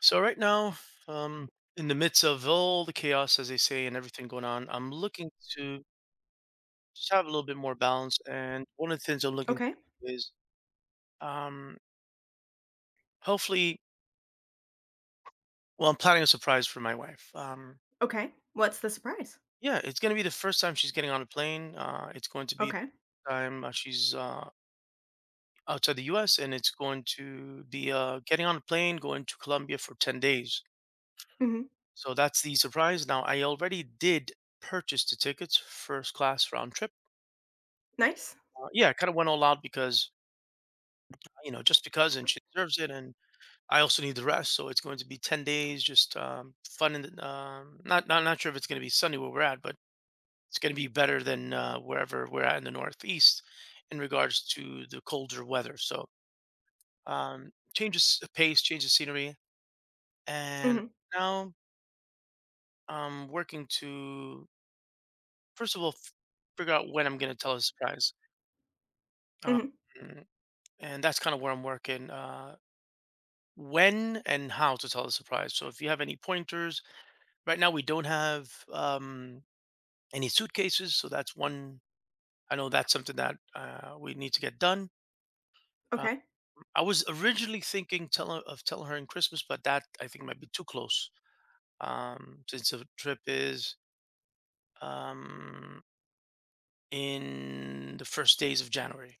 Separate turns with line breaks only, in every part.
So right now, um, in the midst of all the chaos, as they say, and everything going on, I'm looking to just have a little bit more balance. And one of the things I'm looking
Okay.
to is, um, hopefully, well, I'm planning a surprise for my wife.
Okay. What's the surprise?
Yeah, it's going to be the first time she's getting on a plane. It's going to be
Okay.
the time she's outside the U.S. and it's going to be getting on a plane, going to Colombia for 10 days.
Mhm.
So that's the surprise. Now, I already did purchase the tickets, first class round trip.
Nice.
Yeah, I kinda went all out because, you know, just because, and she deserves it, and I also need the rest, so it's going to be 10 days, just, fun and, not sure if it's gonna be sunny where we're at, but it's gonna be better than, wherever we're at in the Northeast in regards to the colder weather, so, change of pace, change of scenery, and
Mhm.
now I'm working to, first of all, f figure out when I'm gonna tell a surprise, um,
Mhm.
and that's kinda where I'm working, when and how to tell the surprise. So if you have any pointers, right now we don't have any suitcases, so that's one. I know that's something that we need to get done. Um,
Okay.
I was originally thinking tell her, of telling her in Christmas, but that I think might be too close, since the trip is, um, in the first days of January.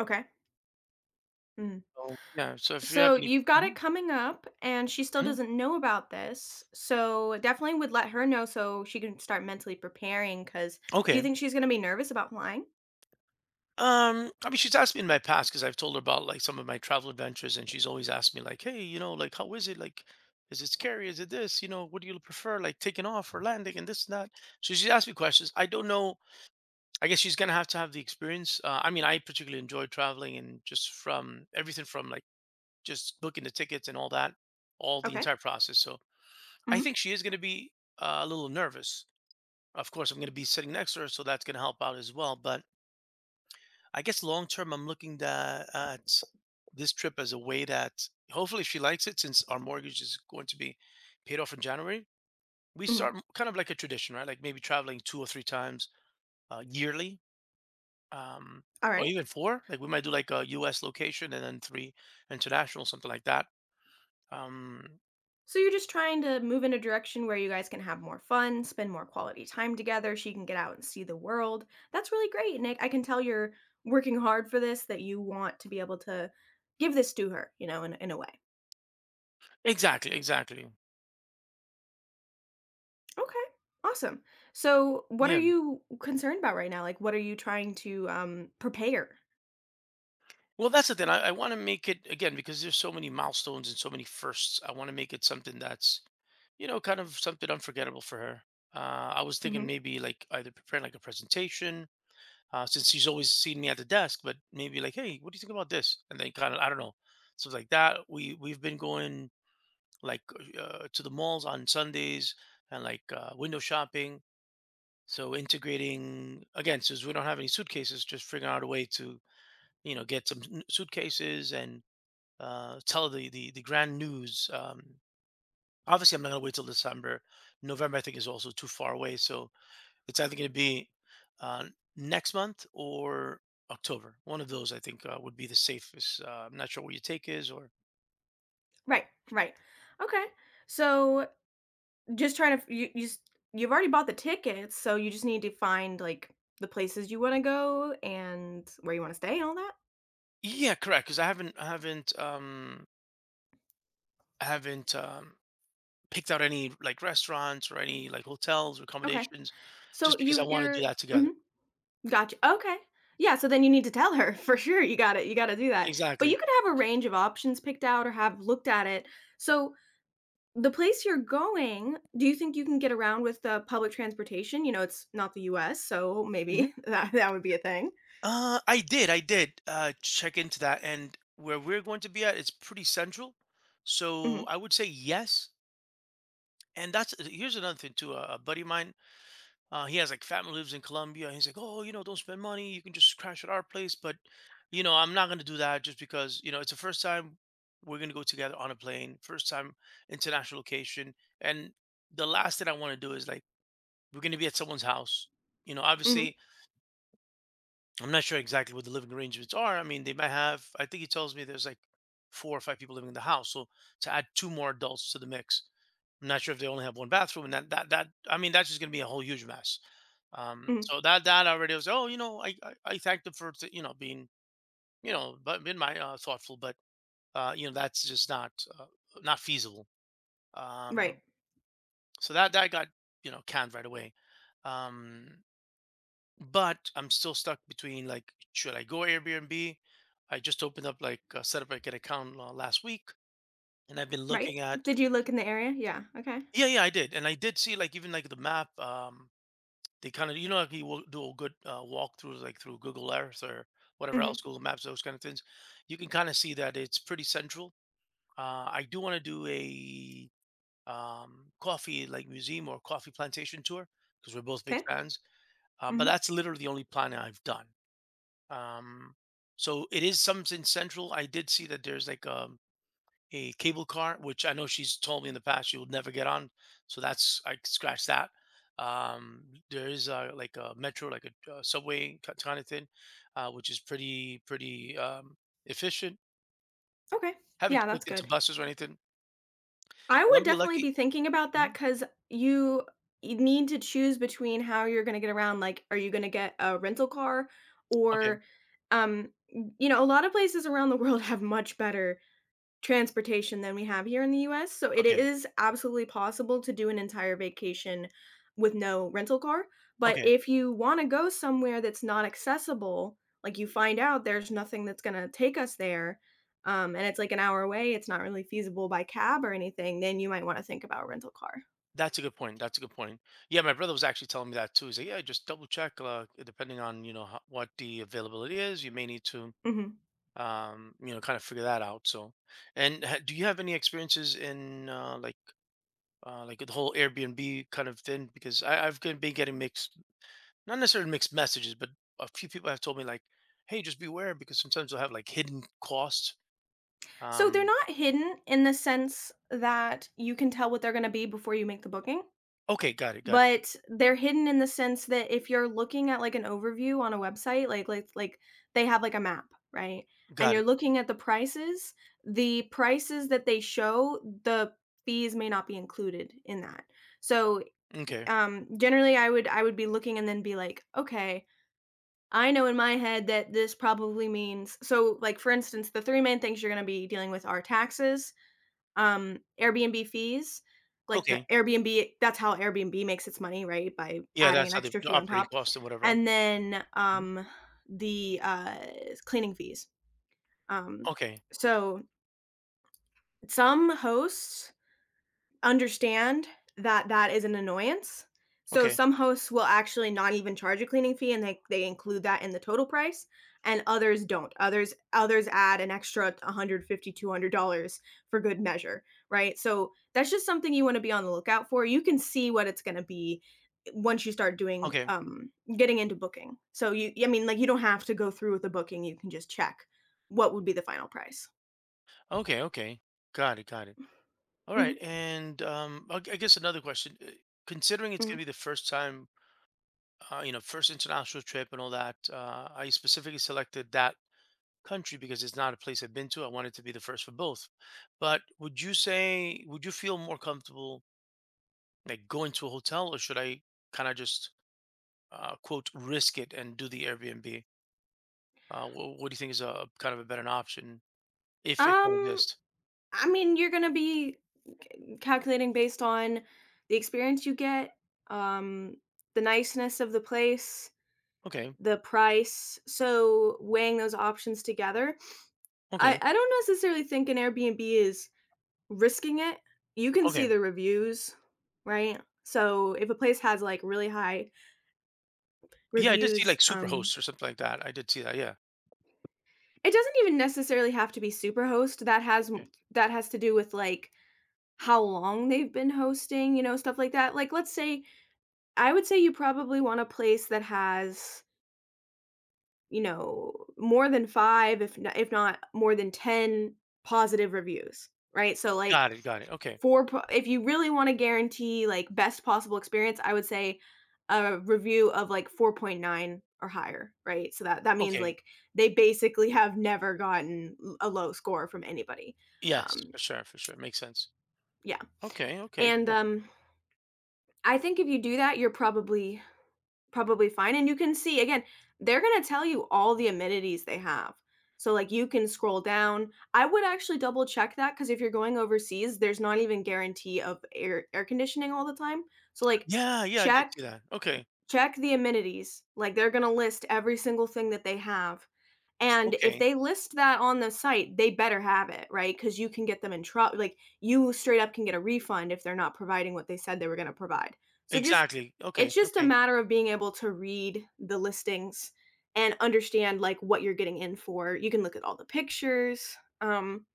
Okay. Mm.
So yeah, so if you have
So
any.
you've got it
Mhm.
coming up and she still
Mhm.
doesn't know about this. So definitely would let her know so she can start mentally preparing cuz do you
Okay.
think she's going to be nervous about flying?
I mean, she's asked me in my past because I've told her about like some of my travel adventures, and she's always asked me like, "Hey, you know, like how is it? Like, is it scary? Is it this? You know, what do you prefer? Like taking off or landing and this and that." So she's asked me questions. I don't know. I guess she's gonna have to have the experience. I mean, I particularly enjoy traveling and just from everything from like just booking the tickets and all that, all the
Okay.
entire process. So I
Mhm.
think she is gonna be a little nervous. Of course, I'm gonna be sitting next to her, so that's gonna help out as well. But I guess long term, I'm looking tha at this trip as a way that hopefully she likes it since our mortgage is going to be paid off in January. We
Mhm.
start kind of like a tradition, right? Like maybe traveling two or three times yearly, um,
All
or
right.
even four. Like we might do like a U.S. location and then three international, something like that. Um,
So you're just trying to move in a direction where you guys can have more fun, spend more quality time together. She can get out and see the world. That's really great, Nick. I can tell you're working hard for this, that you want to be able to give this to her, you know, in a way.
exactly, exactly.
Okay, awesome. So what are
Yeah.
you concerned about right now? Like, what are you trying to prepare?
Well, that's the thing. I want to make it again because there's so many milestones and so many firsts. I want to make it something that's, you know, kind of something unforgettable for her. I was thinking
Hmm.
maybe like either preparing like a presentation, since she's always seen me at the desk, but maybe like, hey, what do you think about this? And then kind of, I don't know, something like that. We've been going like to the malls on Sundays and like window shopping. So integrating again, since we don't have any suitcases, just figuring out a way to, you know, get some suitcases and tell the grand news. Obviously, I'm not going to wait till December. November, I think, is also too far away. So it's either going to be uh, next month or October. One of those, I think, would be the safest. I'm not sure what your take is, or.
Right, right. Okay. So, just trying to f you you s you've already bought the tickets, so you just need to find, like, the places you wanna go and where you wanna stay and all that?
Yeah, correct. Because I haven't picked out any like restaurants or any like hotels or
Okay.
accommodations,
So
just because I
you
want to do
you're
that together.
mhm, gotcha. Okay. Yeah, so then you need to tell her for sure, you got it. You gotta do that. But you
Exactly.
could have a range of options picked out or have looked at it. So the place you're going, do you think you can get around with the public transportation? You know, it's not the US, so maybe
Mm-hmm.
that would be a thing.
I did check into that, and where we're going to be at, it's pretty central, so
Mhm,
I would say yes, and that's here's another thing too, a buddy of mine, he has, like, family lives in Colombia, he's like, "Oh, you know, don't spend money, you can just crash at our place," but, you know, I'm not gonna do that just because, you know, it's the first time we're gonna go together on a plane, first time international location, and the last thing I wanna do is, like, we're gonna be at someone's house, you know,
mhm,
obviously I'm not sure exactly what the living arrangements are. I mean, they might have. I think he tells me there's like four or five people living in the house. So to add two more adults to the mix, I'm not sure if they only have one bathroom. And that I mean, that's just gonna be a whole huge mess.
mhm.
So that already was. Oh, you know, I thanked them for, you know, being, you know, but been my thoughtful, but you know that's just not uh, not feasible.
Right,
Um, so that got, you know, canned right away. Um, but I'm still stuck between like, should I go Airbnb? I just opened up like set up like an account last week, and I've been
right?
looking at.
Did you look in the area? Yeah, okay.
Yeah, yeah, I did, and I did see like even like the map. They kind of, you know, like you will do a good walkthrough like through Google Earth or whatever
Mhm.
else, Google Maps, those kind of things. You can kind of see that it's pretty central. I do want to do a coffee like museum or coffee plantation tour because we're both big
'Kay.
fans. But
Mhm.
that's literally the only planning I've done. Um, so it is something central. I did see that there's like a cable car, which I know she's told me in the past she would never get on. So that's I scratch that. Um, there is like a metro, like a, subway kind of thing, which is pretty efficient.
Okay.
Haven't
Yeah, that's
looked into
good.
buses or anything.
I would
Columbia
definitely
Lucky.
be thinking about that
Mhm.
'cause you you need to choose between how you're gonna get around, like, are you gonna get a rental car
Okay,
or, um, you know, a lot of places around the world have much better transportation than we have here in the US, so it
okay,
is absolutely possible to do an entire vacation with no rental car, but
okay.
if you wanna go somewhere that's not accessible, like, you find out there's nothing that's gonna take us there, and it's, like, an hour away, it's not really feasible by cab or anything, then you might wanna think about a rental car.
That's a good point. That's a good point. Yeah, my brother was actually telling me that too. He's like, yeah, just double check. Depending on, you know, how, what the availability is, you may need to
Mhm.
you know kind of figure that out, so, and do you have any experiences in like the whole Airbnb kind of thing, because I've been getting mixed, not necessarily mixed messages, but a few people have told me like, hey, just beware because sometimes they'll have like hidden costs.
So they're
um
not hidden in the sense that you can tell what they're going to be before you make the booking,
okay, got it, got it.
but they're hidden in the sense that if you're looking at like an overview on a website, like they have like a map, right? And
Got
you're
it.
looking at the prices that they show, the fees may not be included in that. So
Okay,
generally I would be looking and then be like, okay, I know in my head that this probably means so like for instance, the three main things you're going to be dealing with are taxes, Airbnb fees, like the
okay,
Airbnb, that's how Airbnb makes its money, right? By
yeah,
adding an
that's how they,
extra
the
fee on
operating
top.
costs and whatever else.
And then,
Mhm.
the cleaning fees. Um,
Okay,
so some hosts understand that that is an annoyance. So
okay,
some hosts will actually not even charge a cleaning fee and they include that in the total price and others don't. Others add an extra 150 $200 for good measure, right? So that's just something you want to be on the lookout for. You can see what it's going to be once you start doing
okay,
getting into booking. So you, I mean, like you don't have to go through with the booking, you can just check what would be the final price.
okay, okay, got it, got it. All right.
Mhm,
And I guess another question, considering it's
mhm.
going to be the first time, you know, first international trip and all that. I specifically selected that country because it's not a place I've been to. I wanted to be the first for both. But would you say, would you feel more comfortable like going to a hotel, or should I kind of just quote risk it and do the Airbnb? What do you think is a kind of a better option if one
Um
exists?
I mean, you're gonna be calculating based on the experience you get, um, the niceness of the place,
Okay,
the price. So weighing those options together, I
okay,
I don't necessarily think an Airbnb is risking it. You can see
okay.
the reviews, right? So if a place has like really high
Yeah, I did see
reviews,
like Superhost or something like that. I did see that. Yeah.
it doesn't even necessarily have to be Superhost. That has
Okay.
that has to do with like how long they've been hosting, you know, stuff like that. Like let's say I would say you probably want a place that has, you know, more than 5, if not more than 10 positive reviews, right? So, like,
Got it. Got it. Okay.
4 po if you really wanna guarantee, like, best possible experience, I would say a review of, like, 4.9 or higher, right? So that that means,
Okay.
like, they basically have never gotten l a low score from anybody.
Yes,
Um,
for sure. For sure. Makes sense.
yeah,
Okay. Okay.
and,
Cool.
I think if you do that, you're probably probably fine, and you can see again, they're gonna tell you all the amenities they have. So, like, you can scroll down. I would actually double check that because if you're going overseas, there's not even guarantee of air conditioning all the time. So, like,
Yeah, yeah, I did
check
see that. Okay.
check the amenities, like, they're gonna list every single thing that they have. And if
Okay.
they list that on the site, they better have it, right? Because you can get them in trouble. Like you straight up can get a refund if they're not providing what they said they were going to provide. So just
Exactly. Okay.
it's just a
Okay.
matter of being able to read the listings and understand like what you're getting in for. You can look at all the pictures. Um,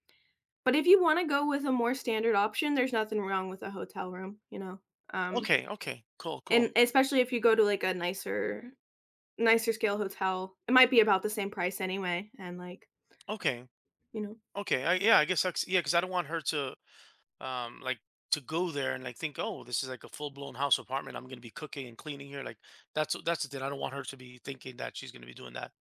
but if you want to go with a more standard option, there's nothing wrong with a hotel room, you know. Um,
Okay. Okay. Cool. Cool.
and especially if you go to like a nicer scale hotel, it might be about the same price anyway and like,
Okay.
you know,
Okay. Yeah, I guess that's, yeah, because I don't want her to like to go there and like think, oh, this is like a full blown house apartment. I'm gonna be cooking and cleaning here. Like that's the thing. I don't want her to be thinking that she's gonna be doing that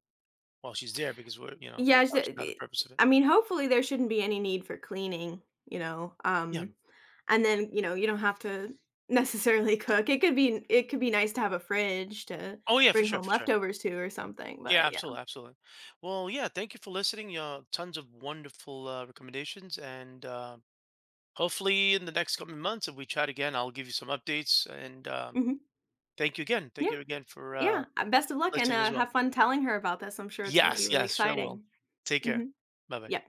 while she's there because we're, you know,
yeah,
that's
sh
obviously not the purpose of it.
I mean, hopefully, there shouldn't be any need for cleaning, you know,
Yeah.
and then, you know, you don't have to necessarily cook. It could be nice to have a fridge to
Oh yeah, for
bring
sure,
home
for sure.
leftovers to or something,
Yeah,
but yeah.
absolutely, absolutely. Well, yeah, thank you for listening. Tons of wonderful recommendations and. Hopefully in the next coming months, if we chat again, I'll give you some updates. And
Mhm.
thank you again. Thank
Yeah,
you again for
yeah. Best of luck and,
listening as well.
have fun telling her about this. I'm sure it's gonna be
Yes,
really
yes, sure will.
exciting.
Take care.
Mhm.
Bye bye.
Yeah.